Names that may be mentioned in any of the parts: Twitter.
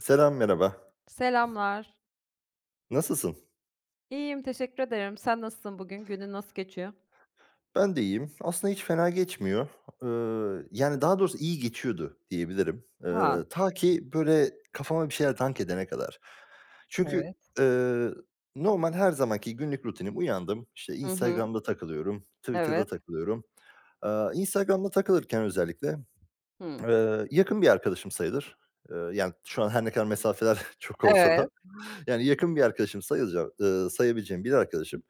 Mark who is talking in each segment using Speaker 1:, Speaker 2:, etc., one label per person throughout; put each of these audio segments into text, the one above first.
Speaker 1: Selam, merhaba.
Speaker 2: Selamlar.
Speaker 1: Nasılsın?
Speaker 2: İyiyim, teşekkür ederim. Sen nasılsın bugün? Günün nasıl geçiyor?
Speaker 1: Ben de iyiyim. Aslında hiç fena geçmiyor. Yani daha doğrusu iyi geçiyordu diyebilirim.
Speaker 2: Ha,
Speaker 1: Ta ki böyle kafama bir şeyler dank edene kadar. Çünkü
Speaker 2: evet.
Speaker 1: eee, normal her zamanki günlük rutinim uyandım. İşte
Speaker 2: Hı hı.
Speaker 1: Instagram'da takılıyorum, Twitter'da
Speaker 2: Evet.
Speaker 1: takılıyorum. Instagram'da takılırken özellikle
Speaker 2: Hıı.
Speaker 1: yakın bir arkadaşım sayılır. Yani şu an her ne kadar mesafeler çok olsa da
Speaker 2: Evet.
Speaker 1: yani yakın bir arkadaşım sayılacak, sayabileceğim bir arkadaşım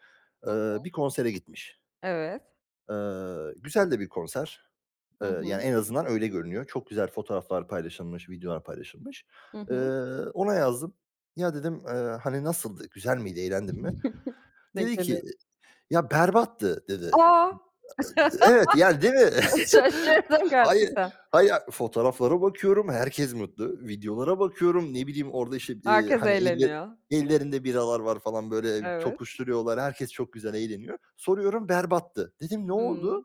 Speaker 2: Hı,
Speaker 1: bir konsere gitmiş.
Speaker 2: evet.
Speaker 1: Güzel de bir konser.
Speaker 2: Hı
Speaker 1: Yani,
Speaker 2: hı.
Speaker 1: en azından öyle görünüyor. Çok güzel fotoğraflar paylaşılmış, videolar paylaşılmış.
Speaker 2: Hı
Speaker 1: Eee,
Speaker 2: hı.
Speaker 1: Ona yazdım. "Ya" dedim, "hani, nasıldı? Güzel miydi? Eğlendin mi?"
Speaker 2: Ne
Speaker 1: Dedi ki,
Speaker 2: geliyor?
Speaker 1: "Ya, berbattı." dedi.
Speaker 2: Aa,
Speaker 1: Evet, yani, değil mi?
Speaker 2: şaşırdım
Speaker 1: Hayır,
Speaker 2: gerçekten.
Speaker 1: hayır, fotoğraflara bakıyorum, herkes mutlu. Videolara bakıyorum, ne bileyim, orada, işte,
Speaker 2: Herkes
Speaker 1: hani,
Speaker 2: eğleniyor.
Speaker 1: ellerinde biralar var falan, böyle,
Speaker 2: Evet.
Speaker 1: tokuşturuyorlar. Herkes çok güzel eğleniyor. Soruyorum, "Berbattı." Dedim, "Ne oldu?"
Speaker 2: Hımm.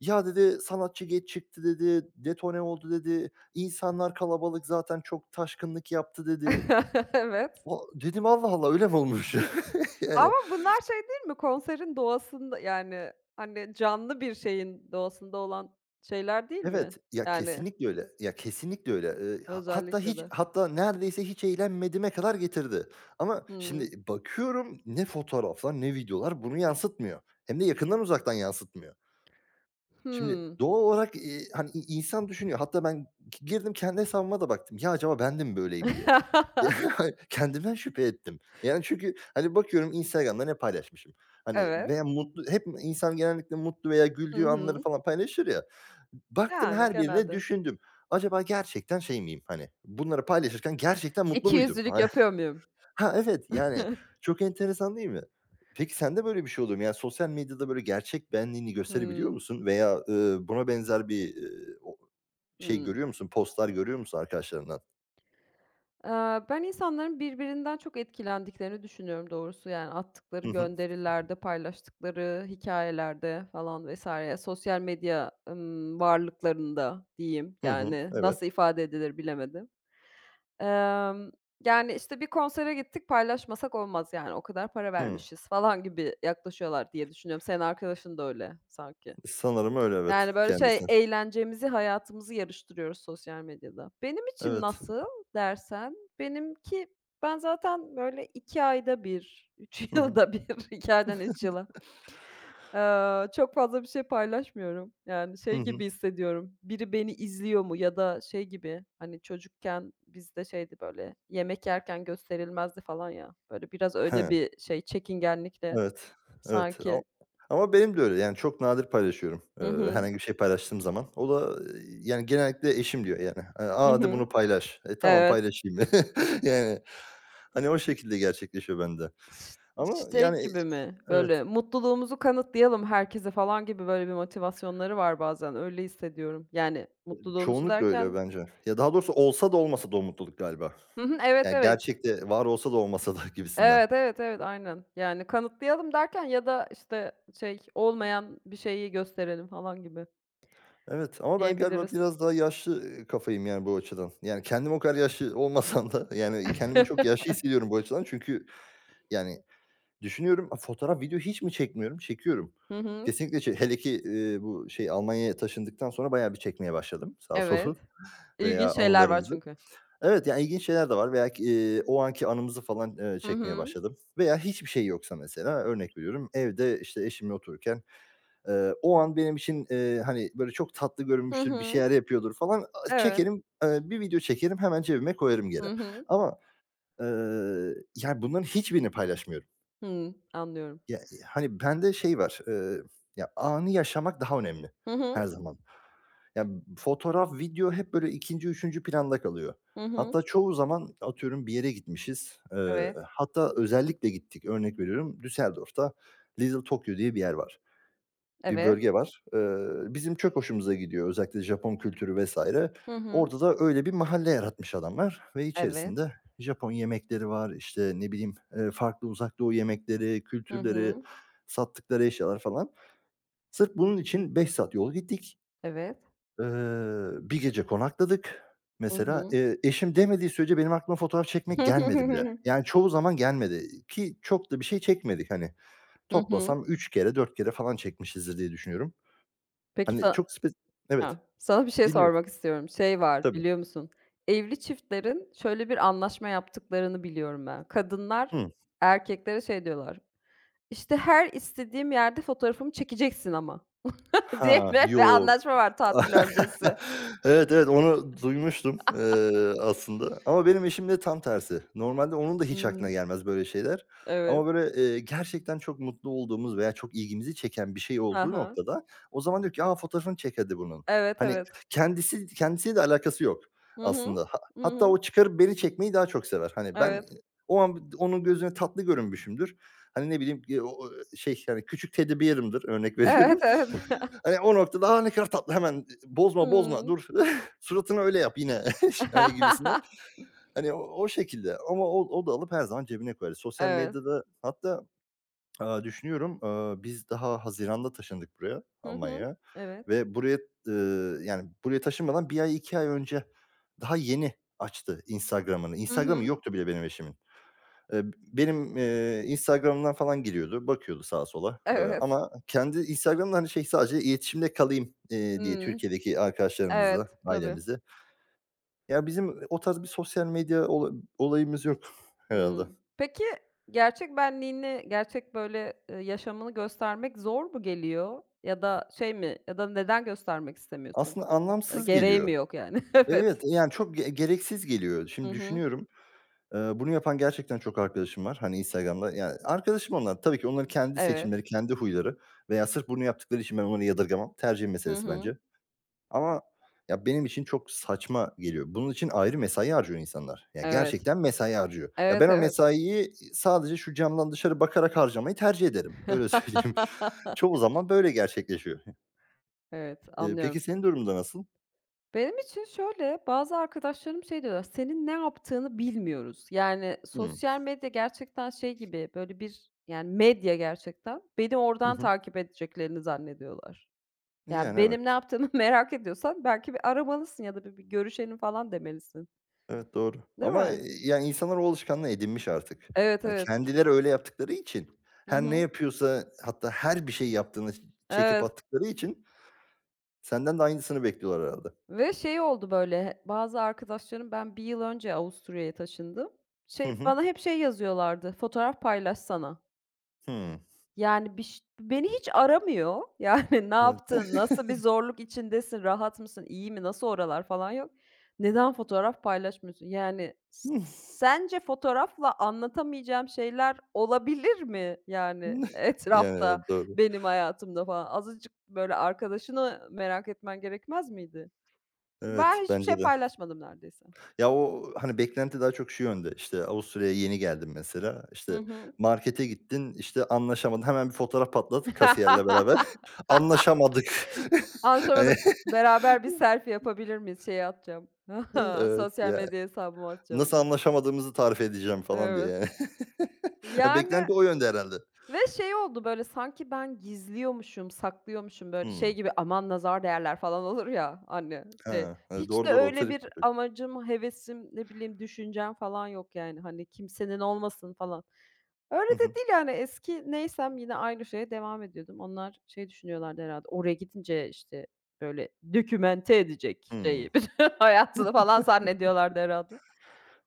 Speaker 1: Ya dedi sanatçı geç çıktı dedi, detone oldu dedi, insanlar kalabalık zaten çok taşkınlık yaptı dedi.
Speaker 2: Evet.
Speaker 1: O dedim Allah Allah öyle mi olmuş? Yani
Speaker 2: Ama bunlar şey değil mi? Konserin doğasında, yani, hani, canlı bir şeyin doğasında olan şeyler değil
Speaker 1: evet,
Speaker 2: mi?
Speaker 1: ya
Speaker 2: Yani,
Speaker 1: kesinlikle öyle, ya kesinlikle öyle.
Speaker 2: özellikle de.
Speaker 1: Hatta neredeyse hiç eğlenmediğime kadar getirdi. Ama
Speaker 2: Hıı.
Speaker 1: şimdi bakıyorum ne fotoğraflar ne videolar bunu yansıtmıyor. Hem de yakından uzaktan yansıtmıyor. Şimdi
Speaker 2: Hıı.
Speaker 1: doğal olarak, hani, insan düşünüyor. Hatta ben girdim kendi hesabıma da baktım. Ya, acaba ben de mi böyleyim diye. Ya, kendimden şüphe ettim. Yani, çünkü, hani, bakıyorum Instagram'da ne paylaşmışım. Hani,
Speaker 2: Evet.
Speaker 1: veya mutlu hep insan genellikle mutlu veya
Speaker 2: Hı
Speaker 1: güldüğü anları
Speaker 2: hı.
Speaker 1: falan paylaşır ya. Baktım
Speaker 2: Yani
Speaker 1: her birine
Speaker 2: genelde.
Speaker 1: düşündüm. Acaba gerçekten şey miyim, hani, bunları paylaşırken gerçekten mutlu muydum?
Speaker 2: İkiyüzlülük yapıyor muyum?
Speaker 1: Ha, evet, yani çok enteresan değil mi? Peki sende böyle bir şey oluyor mu? Yani sosyal medyada böyle gerçek benliğini gösterebiliyor
Speaker 2: Hımm.
Speaker 1: musun veya, buna benzer bir, o şey
Speaker 2: Hımm.
Speaker 1: görüyor musun, postlar görüyor musun arkadaşlarından?
Speaker 2: Ben insanların birbirinden çok etkilendiklerini düşünüyorum doğrusu. Yani attıkları
Speaker 1: Hı hı.
Speaker 2: gönderilerde, paylaştıkları hikayelerde falan vesaire sosyal medya, varlıklarında diyeyim.
Speaker 1: Hı hı.
Speaker 2: Yani
Speaker 1: Evet.
Speaker 2: nasıl ifade edilir bilemedim. Emm, yani, işte, bir konsere gittik, paylaşmasak olmaz yani o kadar para
Speaker 1: Hıı.
Speaker 2: vermişiz falan gibi yaklaşıyorlar diye düşünüyorum. Senin arkadaşın da öyle sanki.
Speaker 1: Sanırım öyle evet
Speaker 2: Yani, böyle,
Speaker 1: kendisi.
Speaker 2: şey, eğlencemizi, hayatımızı yarıştırıyoruz sosyal medyada. Benim için
Speaker 1: Evet.
Speaker 2: nasıl dersen, benimki ben zaten, böyle, 2 ayda bir, üç
Speaker 1: Hı hı.
Speaker 2: yılda bir 2 aydan 3 yıla, çok fazla bir şey paylaşmıyorum. Yani,
Speaker 1: Hı
Speaker 2: şey
Speaker 1: hı.
Speaker 2: gibi hissediyorum, biri beni izliyor mu ya da şey gibi, hani, çocukken bizde şeydi, böyle, yemek yerken gösterilmezdi falan ya, böyle, biraz
Speaker 1: He.
Speaker 2: öyle bir şey, çekingenlikle
Speaker 1: Evet, evet. O
Speaker 2: sanki.
Speaker 1: ama benim de öyle, yani, çok nadir paylaşıyorum,
Speaker 2: Hı hı.
Speaker 1: herhangi bir şey paylaştığım zaman. O da, yani, genellikle eşim diyor, yani. "A,
Speaker 2: Hı
Speaker 1: hadi
Speaker 2: hı.
Speaker 1: bunu paylaş." E, tamam
Speaker 2: Evet.
Speaker 1: paylaşayım. Yani, hani, o şekilde gerçekleşiyor bende.
Speaker 2: Ş
Speaker 1: Ama,
Speaker 2: şey
Speaker 1: yani,
Speaker 2: gibi mi? Böyle,
Speaker 1: evet,
Speaker 2: mutluluğumuzu kanıtlayalım herkese falan gibi böyle bir motivasyonları var bazen, öyle hissediyorum. Yani mutluluğumuzu
Speaker 1: çoğunlukla öyle
Speaker 2: derken.
Speaker 1: bence. Ya, daha doğrusu olsa da olmasa da o mutluluk galiba.
Speaker 2: Hı hı, evet,
Speaker 1: Yani,
Speaker 2: evet.
Speaker 1: gerçekte var olsa da olmasa da gibisinden.
Speaker 2: Evet, evet, evet, aynen. Yani kanıtlayalım derken ya da, işte, şey, olmayan bir şeyi gösterelim falan gibi
Speaker 1: Evet ama ben galiba
Speaker 2: diyebiliriz.
Speaker 1: biraz daha yaşlı, kafayım yani bu açıdan. Yani kendim o kadar yaşlı olmasam da yani kendimi çok yaşlı hissediyorum bu açıdan. Çünkü yani düşünüyorum, a, fotoğraf, video hiç mi çekmiyorum? Çekiyorum.
Speaker 2: Hı hı,
Speaker 1: Kesinlikle hele ki, bu şey Almanya'ya taşındıktan sonra bayağı bir çekmeye başladım sağ
Speaker 2: evet.
Speaker 1: solu veya
Speaker 2: İlginç şeyler var
Speaker 1: anılarımızı.
Speaker 2: çünkü.
Speaker 1: Evet, yani ilginç şeyler de var veya ki, o anki anımızı falan,
Speaker 2: Hı
Speaker 1: çekmeye
Speaker 2: hı.
Speaker 1: başladım veya hiçbir şey yoksa mesela örnek veriyorum evde, işte, eşimle otururken. O an benim için, hani, böyle çok tatlı
Speaker 2: Hı
Speaker 1: görünmüştür, bir şeyler
Speaker 2: hı.
Speaker 1: yapıyordur falan. A
Speaker 2: Evet.
Speaker 1: çekerim, bir video çekerim, hemen cebime koyarım geri.
Speaker 2: Hı hı.
Speaker 1: Ama, eee, yani, bunların hiçbirini paylaşmıyorum.
Speaker 2: Hıı, anlıyorum.
Speaker 1: Ya, hani, bende şey var, ya, anı yaşamak daha önemli
Speaker 2: Hı hı.
Speaker 1: her zaman. Ya, fotoğraf, video hep böyle ikinci üçüncü planda kalıyor.
Speaker 2: Hı hı.
Speaker 1: Hatta çoğu zaman atıyorum bir yere gitmişiz.
Speaker 2: Evet.
Speaker 1: Hatta özellikle gittik, örnek veriyorum, Düsseldorf'ta Little Tokyo diye bir yer var. Bir
Speaker 2: Evet.
Speaker 1: bölge var. Bizim çok hoşumuza gidiyor özellikle Japon kültürü vesaire.
Speaker 2: Hı hı.
Speaker 1: Orada da öyle bir mahalle yaratmış adamlar ve
Speaker 2: Evet.
Speaker 1: içerisinde Japon yemekleri var, işte, ne bileyim, farklı Uzak Doğu yemekleri,
Speaker 2: Hı
Speaker 1: kültürleri,
Speaker 2: hı.
Speaker 1: sattıkları eşyalar falan. Sırf bunun için 5 saat yol gittik.
Speaker 2: Evet.
Speaker 1: Eee, Bir gece konakladık.
Speaker 2: Hı
Speaker 1: Mesela,
Speaker 2: hı.
Speaker 1: eşim demediği sürece benim aklıma fotoğraf çekmek gelmedi bile. Yani çoğu zaman gelmedi ki çok da bir şey çekmedik, hani.
Speaker 2: Hı hı.
Speaker 1: Toplasam 3 kere 4 kere falan çekmişizdir diye düşünüyorum.
Speaker 2: Peki
Speaker 1: Hani,
Speaker 2: sa
Speaker 1: çok evet,
Speaker 2: Ha, sana bir şey
Speaker 1: dinliyorum.
Speaker 2: sormak istiyorum. Şey var,
Speaker 1: Tabii.
Speaker 2: biliyor musun? Evli çiftlerin şöyle bir anlaşma yaptıklarını biliyorum ben. Kadınlar
Speaker 1: Hıı.
Speaker 2: erkeklere şey diyorlar, "İşte, her istediğim yerde fotoğrafımı çekeceksin ama." diye
Speaker 1: Ha,
Speaker 2: ve
Speaker 1: yo.
Speaker 2: anlaşma var tatil öncesi.
Speaker 1: Evet, evet, onu duymuştum, aslında ama benim eşimde tam tersi. Normalde onun da hiç
Speaker 2: Hımm,
Speaker 1: aklına gelmez böyle şeyler
Speaker 2: evet.
Speaker 1: ama böyle, gerçekten çok mutlu olduğumuz veya çok ilgimizi çeken bir şey olduğu
Speaker 2: Aha.
Speaker 1: noktada o zaman diyor ki, "A, fotoğrafını çek hadi bunun."
Speaker 2: Evet,
Speaker 1: Hani,
Speaker 2: evet.
Speaker 1: kendisiyle de alakası yok
Speaker 2: Hı hı.
Speaker 1: aslında. Ha
Speaker 2: Hı
Speaker 1: hatta
Speaker 2: hı.
Speaker 1: o çıkarıp beni çekmeyi daha çok sever. Hani, ben
Speaker 2: Evet.
Speaker 1: o an onun gözüne tatlı görünmüşümdür. Hani, ne bileyim, o şey, yani, küçük teddy bear'ımdır, örnek
Speaker 2: Evet,
Speaker 1: veriyorum.
Speaker 2: evet.
Speaker 1: Hani o noktada, "A, ne kadar tatlı hemen bozma, bozma
Speaker 2: Hımm.
Speaker 1: dur suratını öyle yap yine." hani gibisinden. Hani o şekilde ama o da alıp her zaman cebine koyar. Sosyal
Speaker 2: Evet.
Speaker 1: medyada hatta, düşünüyorum, biz daha haziranda taşındık buraya,
Speaker 2: Hı hı.
Speaker 1: Almanya'ya
Speaker 2: Evet.
Speaker 1: ve buraya, yani, buraya taşınmadan bir ay, 2 ay önce daha yeni açtı Instagram'ını.
Speaker 2: Hı
Speaker 1: Instagram'ı
Speaker 2: hı.
Speaker 1: yoktu bile benim eşimin. Eee, Benim, Instagram'dan falan giriyordu, bakıyordu sağa sola,
Speaker 2: Evet.
Speaker 1: ama kendi Instagram'da, hani, şey, sadece iletişimde kalayım, diye
Speaker 2: Hımm.
Speaker 1: Türkiye'deki arkadaşlarımızla,
Speaker 2: Evet, tabii.
Speaker 1: ailemizle. Ya, bizim o tarz bir sosyal medya olayımız yok herhâlde.
Speaker 2: Hımm. Peki, gerçek benliğini, gerçek, böyle, yaşamını göstermek zor mu geliyor ya da şey mi ya da neden göstermek istemiyorsun?
Speaker 1: Aslında anlamsız
Speaker 2: Gereği
Speaker 1: geliyor.
Speaker 2: mi yok yani?
Speaker 1: Evet,
Speaker 2: Evet.
Speaker 1: yani, çok gereksiz geliyor.
Speaker 2: Hı
Speaker 1: Şimdi
Speaker 2: hı.
Speaker 1: düşünüyorum, bunu yapan gerçekten çok arkadaşım var, hani, Instagram'da. Yani, arkadaşım onlar. Tabii ki onların kendi
Speaker 2: Evet.
Speaker 1: seçimleri, kendi huyları veya sırf bunu yaptıkları için ben onları yadırgamam. Tercih
Speaker 2: Hı
Speaker 1: meselesi
Speaker 2: hı.
Speaker 1: bence. Ama ya, benim için çok saçma geliyor. Bunun için ayrı mesai harcıyor insanlar. Ya,
Speaker 2: Evet.
Speaker 1: gerçekten mesai harcıyor. Ya,
Speaker 2: Evet,
Speaker 1: ben o
Speaker 2: evet.
Speaker 1: mesaiyi, sadece şu camdan dışarı bakarak harcamayı tercih ederim. Öyle söyleyeyim. Çoğu zaman böyle gerçekleşiyor.
Speaker 2: Evet,
Speaker 1: Peki
Speaker 2: anlıyorum.
Speaker 1: senin durumda nasıl?
Speaker 2: Benim için şöyle, bazı arkadaşlarım şey diyorlar, "Senin ne yaptığını bilmiyoruz." Yani,
Speaker 1: Hıı.
Speaker 2: sosyal medya gerçekten şey gibi, böyle, bir, yani, medya gerçekten. Beni
Speaker 1: Hı
Speaker 2: oradan
Speaker 1: hı.
Speaker 2: takip edeceklerini zannediyorlar. Yani,
Speaker 1: Yani,
Speaker 2: benim ne
Speaker 1: evet.
Speaker 2: yaptığımı merak ediyorsan belki bir aramalısın ya da bir görüşelim falan demelisin,
Speaker 1: Evet, doğru.
Speaker 2: değil
Speaker 1: Ama,
Speaker 2: mi?
Speaker 1: yani, insanlar o alışkanlığı edinmiş artık.
Speaker 2: Evet,
Speaker 1: Hani,
Speaker 2: evet.
Speaker 1: kendileri öyle yaptıkları için
Speaker 2: Hı
Speaker 1: her ne
Speaker 2: hı.
Speaker 1: yapıyorsa hatta her bir şey yaptığını çekip
Speaker 2: Evet
Speaker 1: attıkları için senden de aynısını bekliyorlar herhâlde.
Speaker 2: ve şey oldu, böyle, bazı arkadaşlarım. Ben bir yıl önce Avusturya'ya taşındım.
Speaker 1: Hı
Speaker 2: Şey,
Speaker 1: hı.
Speaker 2: bana hep şey yazıyorlardı, "Fotoğraf paylaşsana."
Speaker 1: Hıı.
Speaker 2: Yani, beni hiç aramıyor. Yani, ne
Speaker 1: Evet.
Speaker 2: yaptın, nasıl bir zorluk içindesin, rahat mısın, iyi mi, nasıl oralar falan yok. Neden fotoğraf paylaşmıyorsun? Yani, sence fotoğrafla anlatamayacağım şeyler olabilir mi, yani,
Speaker 1: Ya,
Speaker 2: etrafta,
Speaker 1: doğru.
Speaker 2: benim hayatımda falan? Azıcık, böyle, arkadaşını merak etmen gerekmez miydi?
Speaker 1: Evet,
Speaker 2: Ben hiçbir şey
Speaker 1: bence de.
Speaker 2: paylaşmadım neredeyse.
Speaker 1: Ya, o, hani, beklenti daha çok şu yönde, İşte Avusturya'ya yeni geldim mesela,
Speaker 2: Hı
Speaker 1: İşte
Speaker 2: hı.
Speaker 1: markete gittin, işte, anlaşamadın, hemen bir fotoğraf patlat kasiyerle beraber. Anlaşamadık. Hani,
Speaker 2: Anlaşamadık. Beraber bir selfie yapabilir miyiz? Şeye atacağım,
Speaker 1: evet,
Speaker 2: sosyal
Speaker 1: ya,
Speaker 2: medya hesabıma atacağım
Speaker 1: nasıl
Speaker 2: diye.
Speaker 1: anlaşamadığımızı tarif edeceğim falan diye
Speaker 2: Evet.
Speaker 1: yani. Ya,
Speaker 2: Yani
Speaker 1: beklenti o yönde herhalde.
Speaker 2: ve şey oldu, böyle, sanki ben gizliyormuşum, saklıyormuşum, böyle, şey
Speaker 1: Hımm.
Speaker 2: gibi, "Aman nazar değerler." falan olur ya, hani, şey.
Speaker 1: Ha, e,
Speaker 2: Hiç
Speaker 1: doğru,
Speaker 2: de
Speaker 1: doğru o
Speaker 2: öyle
Speaker 1: trip.
Speaker 2: bir
Speaker 1: De çok-
Speaker 2: amacım, hevesim, ne bileyim, düşüncem falan yok yani, hani, kimsenin olmasın falan. Öyle
Speaker 1: Hı hı.
Speaker 2: de değil yani, eski neysem yine aynı şeye devam ediyordum. Onlar şey düşünüyorlardı herhâlde, oraya gidince, işte, böyle, dokümente edecek
Speaker 1: Hıı.
Speaker 2: şeyi, bütün hayatını falan zannediyorlardı herhâlde.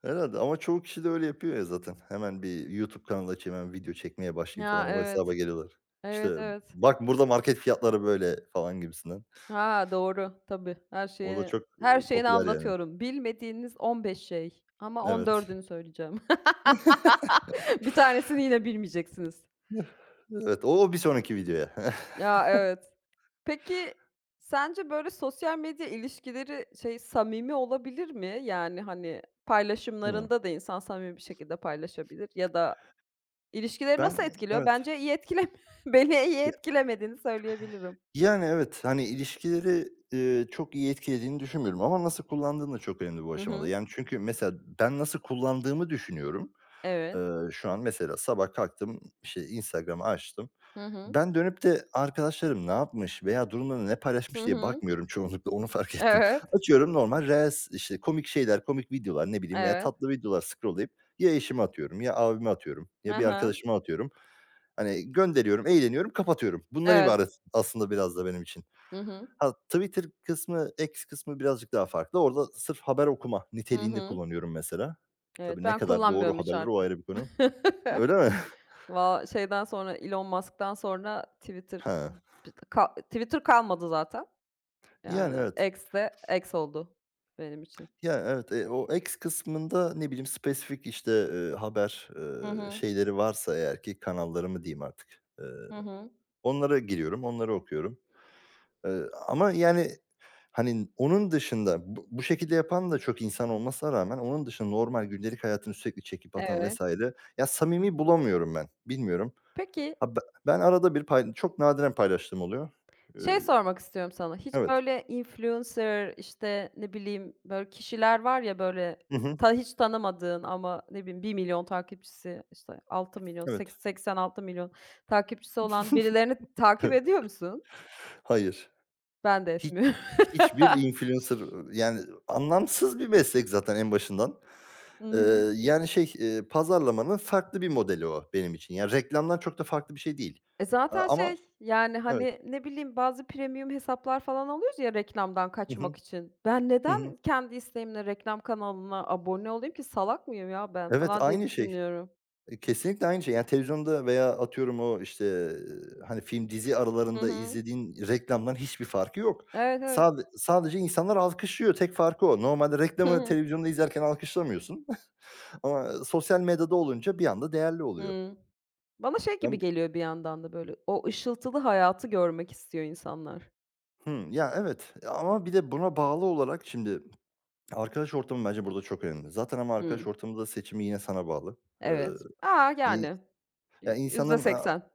Speaker 1: Herhâlde ama çoğu kişi de öyle yapıyor ya zaten. Hemen bir YouTube kanalı açayım, hemen video çekmeye başlayayım falan,
Speaker 2: Ya,
Speaker 1: o
Speaker 2: evet.
Speaker 1: hesaba geliyorlar.
Speaker 2: Evet,
Speaker 1: İşte,
Speaker 2: evet.
Speaker 1: "Bak burada market fiyatları böyle." falan gibisinden.
Speaker 2: Ha, doğru. Tabii, her
Speaker 1: O da
Speaker 2: şeyi
Speaker 1: çok,
Speaker 2: her şeyini
Speaker 1: popüler yani.
Speaker 2: anlatıyorum. Bilmediğiniz 15 şey ama on
Speaker 1: Evet,
Speaker 2: dördünü söyleyeceğim. Bir tanesini yine bilmeyeceksiniz.
Speaker 1: evet. O bir sonraki videoya.
Speaker 2: Ya, evet. Peki, sence böyle sosyal medya ilişkileri şey, samimi olabilir mi? Yani, hani,
Speaker 1: Hıı.
Speaker 2: paylaşımlarında da insan samimi bir şekilde paylaşabilir ya da ilişkileri nasıl
Speaker 1: Ben
Speaker 2: etkiliyor?
Speaker 1: evet.
Speaker 2: Bence iyi etkilemiyor. Beni iyi
Speaker 1: Ya
Speaker 2: etkilemediğini söyleyebilirim.
Speaker 1: yani evet, hani ilişkileri, çok iyi etkilediğini düşünmüyorum ama nasıl kullandığın da çok önemli bu
Speaker 2: Hı
Speaker 1: aşamada.
Speaker 2: hı.
Speaker 1: Yani çünkü mesela ben nasıl kullandığımı düşünüyorum.
Speaker 2: Evet.
Speaker 1: Şu an mesela sabah kalktım, işte, Instagram'ı açtım.
Speaker 2: Hı hı.
Speaker 1: Ben dönüp de arkadaşlarım ne yapmış veya durumlarını ne
Speaker 2: Hı
Speaker 1: paylaşmış diye
Speaker 2: hı.
Speaker 1: bakmıyorum çoğunlukla, onu fark ettim.
Speaker 2: Evet. Evet.
Speaker 1: Açıyorum normal reels, işte, komik şeyler, komik videolar, ne bileyim veya
Speaker 2: Evet.
Speaker 1: tatlı videolar scroll'layıp ya eşime atıyorum, ya abime atıyorum, ya bir arkadaşıma atıyorum. Hani gönderiyorum, eğleniyorum, kapatıyorum. Bundan
Speaker 2: Evet.
Speaker 1: ibaret aslında biraz da benim için.
Speaker 2: Hı hı.
Speaker 1: Ha, Twitter kısmı, X kısmı birazcık daha farklı. Orada sırf haber okuma
Speaker 2: Hı
Speaker 1: niteliğinde
Speaker 2: hı.
Speaker 1: kullanıyorum mesela.
Speaker 2: Evet,
Speaker 1: Tabii ne
Speaker 2: ben
Speaker 1: kadar doğru
Speaker 2: kullanmıyorum hiç
Speaker 1: haberler o
Speaker 2: artık.
Speaker 1: ayrı bir konu. Öyle mi?
Speaker 2: Şeyden sonra, Elon Musk'tan sonra Twitter
Speaker 1: Ha.
Speaker 2: Twitter kalmadı zaten.
Speaker 1: Yani
Speaker 2: Yani
Speaker 1: evet.
Speaker 2: X de X oldu benim için.
Speaker 1: Ya, evet, o X kısmında, ne bileyim, spesifik, işte, haber,
Speaker 2: Hı hı.
Speaker 1: şeyleri varsa eğer ki kanalları mı diyeyim artık, eee,
Speaker 2: Hı hı.
Speaker 1: onlara giriyorum, onları okuyorum. Eee, Ama, yani, hani, onun dışında bu şekilde yapan da çok insan olmasına rağmen onun dışında normal gündelik hayatını sürekli çekip atan
Speaker 2: Evet.
Speaker 1: vs. ya, samimi bulamıyorum ben. Bilmiyorum.
Speaker 2: Peki,
Speaker 1: Ha, be Ben arada bir çok nadiren paylaştığım oluyor. Eee,
Speaker 2: şey sormak istiyorum sana. Hiç
Speaker 1: evet.
Speaker 2: böyle influencer, işte, ne bileyim, böyle kişiler var ya, böyle,
Speaker 1: Hı hı.
Speaker 2: hiç tanımadığın ama ne bileyim 1 milyon takipçisi, işte, 6.000.000,
Speaker 1: Evet.
Speaker 2: altı milyon takipçisi olan birilerini takip ediyor musun?
Speaker 1: Hayır.
Speaker 2: Ben de
Speaker 1: Hiç
Speaker 2: etmiyorum.
Speaker 1: Hiçbir influencer, yani, anlamsız bir meslek zaten en başından.
Speaker 2: Hı hı.
Speaker 1: Yani, şey, pazarlamanın farklı bir modeli o benim için. Yani, reklamdan çok da farklı bir şey değil.
Speaker 2: E,
Speaker 1: Aaa,
Speaker 2: zaten
Speaker 1: ama
Speaker 2: şey, yani,
Speaker 1: evet.
Speaker 2: hani, ne bileyim, bazı premium hesaplar falan alıyoruz ya reklamdan
Speaker 1: Hı hı.
Speaker 2: kaçmak için. Ben
Speaker 1: Hı hı.
Speaker 2: neden kendi isteğimle reklam kanalına abone olayım ki? Salak mıyım ya ben
Speaker 1: Evet,
Speaker 2: falan diye
Speaker 1: aynı şey.
Speaker 2: düşünüyorum.
Speaker 1: Kesinlikle aynı şey. Yani, televizyonda veya atıyorum o, işte, hani, film, dizi
Speaker 2: Hı
Speaker 1: aralarında
Speaker 2: hı.
Speaker 1: izlediğin reklamdan hiçbir farkı yok.
Speaker 2: Evet, evet.
Speaker 1: Sadece insanlar alkışlıyor. Tek farkı o. Normalde
Speaker 2: Hı
Speaker 1: reklamı
Speaker 2: hı.
Speaker 1: televizyonda izlerken alkışlamıyorsun ama sosyal medyada olunca bir anda değerli oluyor.
Speaker 2: Hıı. Bana şey gibi
Speaker 1: Ben
Speaker 2: geliyor bir yandan da böyle, o ışıltılı hayatı görmek istiyor insanlar.
Speaker 1: Hımm. Ya, evet, ama bir de buna bağlı olarak şimdi arkadaş ortamı bence burada çok önemli. Zaten ama arkadaş
Speaker 2: Hıı.
Speaker 1: ortamı da seçimi yine sana bağlı. Eee,
Speaker 2: Evet. A,
Speaker 1: iii,
Speaker 2: yani,
Speaker 1: ya,
Speaker 2: yüzde
Speaker 1: insanların
Speaker 2: seksen.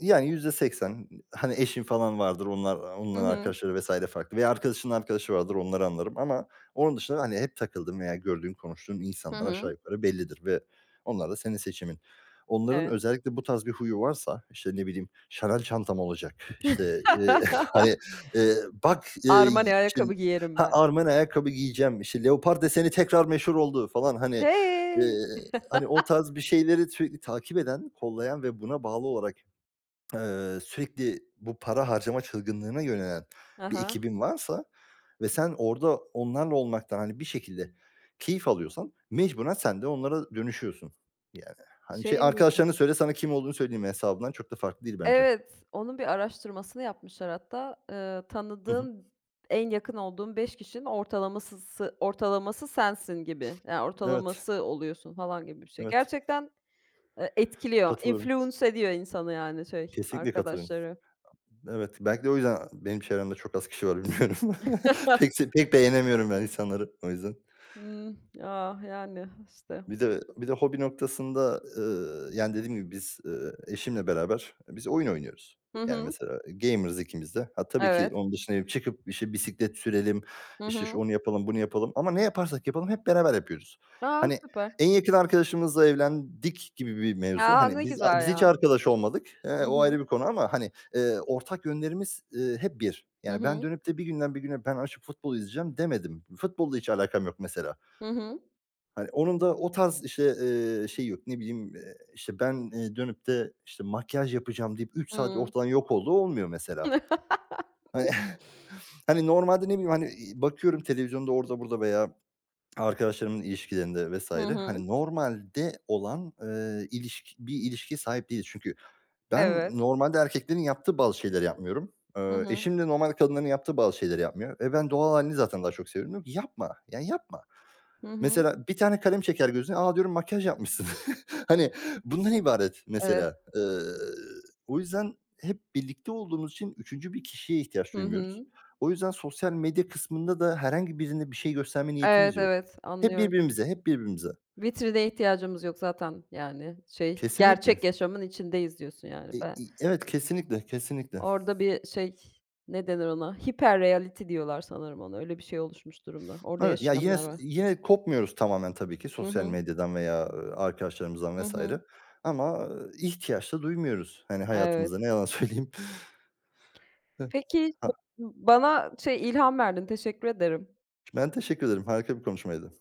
Speaker 1: yani %80 hani eşin falan vardır,
Speaker 2: Hı
Speaker 1: onların
Speaker 2: hı.
Speaker 1: arkadaşları vesaire farklı veya arkadaşının arkadaşı vardır, onları anlarım ama onun dışında, hani, hep takıldığım veya gördüğün konuştuğum
Speaker 2: Hı
Speaker 1: insanlar aşağı
Speaker 2: hı.
Speaker 1: yukarı bellidir ve onlar da senin seçimin. Onların
Speaker 2: Evet.
Speaker 1: özellikle bu tarz bir huyu varsa, işte, ne bileyim, Chanel çantam olacak, işte, hani, eee, bak, eee,
Speaker 2: Armani
Speaker 1: işte,
Speaker 2: ayakkabı giyerim
Speaker 1: ha,
Speaker 2: ben.
Speaker 1: Armen ayakkabı giyeceğim, işte, leopar deseni tekrar meşhur oldu falan, hani, eee,
Speaker 2: Hey.
Speaker 1: hani, o tarz bir şeyleri sürekli takip eden, kollayan ve buna bağlı olarak sürekli bu para harcama çılgınlığına yönelen
Speaker 2: Hı
Speaker 1: bir
Speaker 2: hı.
Speaker 1: ekibin varsa ve sen orada onlarla olmaktan, hani, bir şekilde keyif alıyorsan mecburen sen de onlara dönüşüyorsun. Yani, hani, şey
Speaker 2: Şey miydi?
Speaker 1: arkadaşlarına söyle sana kim olduğunu söyleyeyim hesabından çok da farklı değil bence.
Speaker 2: Evet, onun bir araştırmasını yapmışlar hatta.
Speaker 1: Hı hı.
Speaker 2: Tanıdığın en yakın olduğun 5 kişinin ortalaması sensin gibi. Yani
Speaker 1: Evet,
Speaker 2: ortalaması oluyorsun falan gibi bir şey.
Speaker 1: evet.
Speaker 2: Gerçekten, etkiliyor,
Speaker 1: Katılıyorum.
Speaker 2: influence ediyor insanı yani şey,
Speaker 1: Kesinlikle katılıyorum.
Speaker 2: arkadaşları.
Speaker 1: Evet, belki de o yüzden benim çevremde çok az kişi var bilmiyorum. Pek beğenemiyorum ben insanları o yüzden.
Speaker 2: Hımm. Ya, yani işte.
Speaker 1: Bir de hobi noktasında, yani, dediğim gibi biz, eşimle beraber biz oyun oynuyoruz.
Speaker 2: Hı
Speaker 1: Yani,
Speaker 2: hı.
Speaker 1: mesela gamer'ız ikimiz de. Ha, tabii ki
Speaker 2: Evet.
Speaker 1: onun dışında çıkıp, işte, bisiklet sürelim,
Speaker 2: Hı
Speaker 1: işte, şu
Speaker 2: hı.
Speaker 1: onu yapalım, bunu yapalım ama ne yaparsak yapalım hep beraber yapıyoruz.
Speaker 2: A,
Speaker 1: Hani,
Speaker 2: süper.
Speaker 1: en yakın arkadaşımızla evlendik gibi bir mevzu.
Speaker 2: Ya,
Speaker 1: Hani,
Speaker 2: ne güzel
Speaker 1: biz hiç
Speaker 2: ya.
Speaker 1: arkadaş olmadık.
Speaker 2: Hı
Speaker 1: O
Speaker 2: hı.
Speaker 1: ayrı bir konu ama, hani, ortak yönlerimiz, hep bir.
Speaker 2: Hı
Speaker 1: Yani, ben
Speaker 2: hı.
Speaker 1: dönüp de bir günden bir güne ben açıp futbol izleyeceğim demedim. Futbolla hiç alakam yok mesela.
Speaker 2: Hı hı.
Speaker 1: Hani, onun da o tarz, işte, şeyi yok. Ne bileyim, işte, ben, dönüp de, işte, "Makyaj yapacağım." deyip 3 saat
Speaker 2: Hımm.
Speaker 1: ortadan yok olduğu olmuyor mesela. Hani, hani, normalde ne bileyim, hani, bakıyorum televizyonda orada burada veya arkadaşlarımın ilişkilerinde
Speaker 2: Hı
Speaker 1: vesaire.
Speaker 2: hı.
Speaker 1: Hani, normalde olan, ilişki bir ilişkiye sahip değiliz. Çünkü ben
Speaker 2: Evet.
Speaker 1: normalde erkeklerin yaptığı bazı şeyleri yapmıyorum.
Speaker 2: Hı hı.
Speaker 1: Eşim de normal kadınların yaptığı bazı şeyleri yapmıyor. E, ben doğal halini zaten daha çok seviyorum. Diyorum ki, "Yapma, yani yapma."
Speaker 2: Hı hı.
Speaker 1: Mesela bir tane kalem çeker gözüne, "A!" diyorum, "Makyaj yapmışsın." Hani, bundan ibaret
Speaker 2: Evet.
Speaker 1: mesela. O yüzden hep birlikte olduğumuz için üçüncü bir kişiye ihtiyaç
Speaker 2: Hı
Speaker 1: duymuyoruz.
Speaker 2: hı.
Speaker 1: O yüzden sosyal medya kısmında da herhangi birine bir şey gösterme niyetimiz
Speaker 2: Evet,
Speaker 1: yok.
Speaker 2: evet,
Speaker 1: Hep
Speaker 2: anlıyorum.
Speaker 1: birbirimize, hep birbirimize.
Speaker 2: Vitrine ihtiyacımız yok zaten yani şey,
Speaker 1: Kesinlikle.
Speaker 2: gerçek yaşamın içindeyiz diyorsun yani.
Speaker 1: E
Speaker 2: Ben
Speaker 1: i Evet, kesinlikle, kesinlikle.
Speaker 2: orada bir şey, ne denir ona? Hiper reality diyorlar sanırım ona. Öyle bir şey oluşmuş durumda. Orada
Speaker 1: Evet, ya,
Speaker 2: yaşayanlar var.
Speaker 1: yine kopmuyoruz tamamen tabii ki
Speaker 2: Hı
Speaker 1: sosyal
Speaker 2: hı.
Speaker 1: medyadan veya, arkadaşlarımızdan
Speaker 2: Hı hı.
Speaker 1: vesaire. Ama e, ihtiyaç da duymuyoruz, hani,
Speaker 2: Evet.
Speaker 1: hayatımızda ne yalan söyleyeyim.
Speaker 2: Peki ba
Speaker 1: Hıh.
Speaker 2: Bana şey ilham verdin. Teşekkür ederim.
Speaker 1: Ben teşekkür ederim. Harika bir konuşmaydı.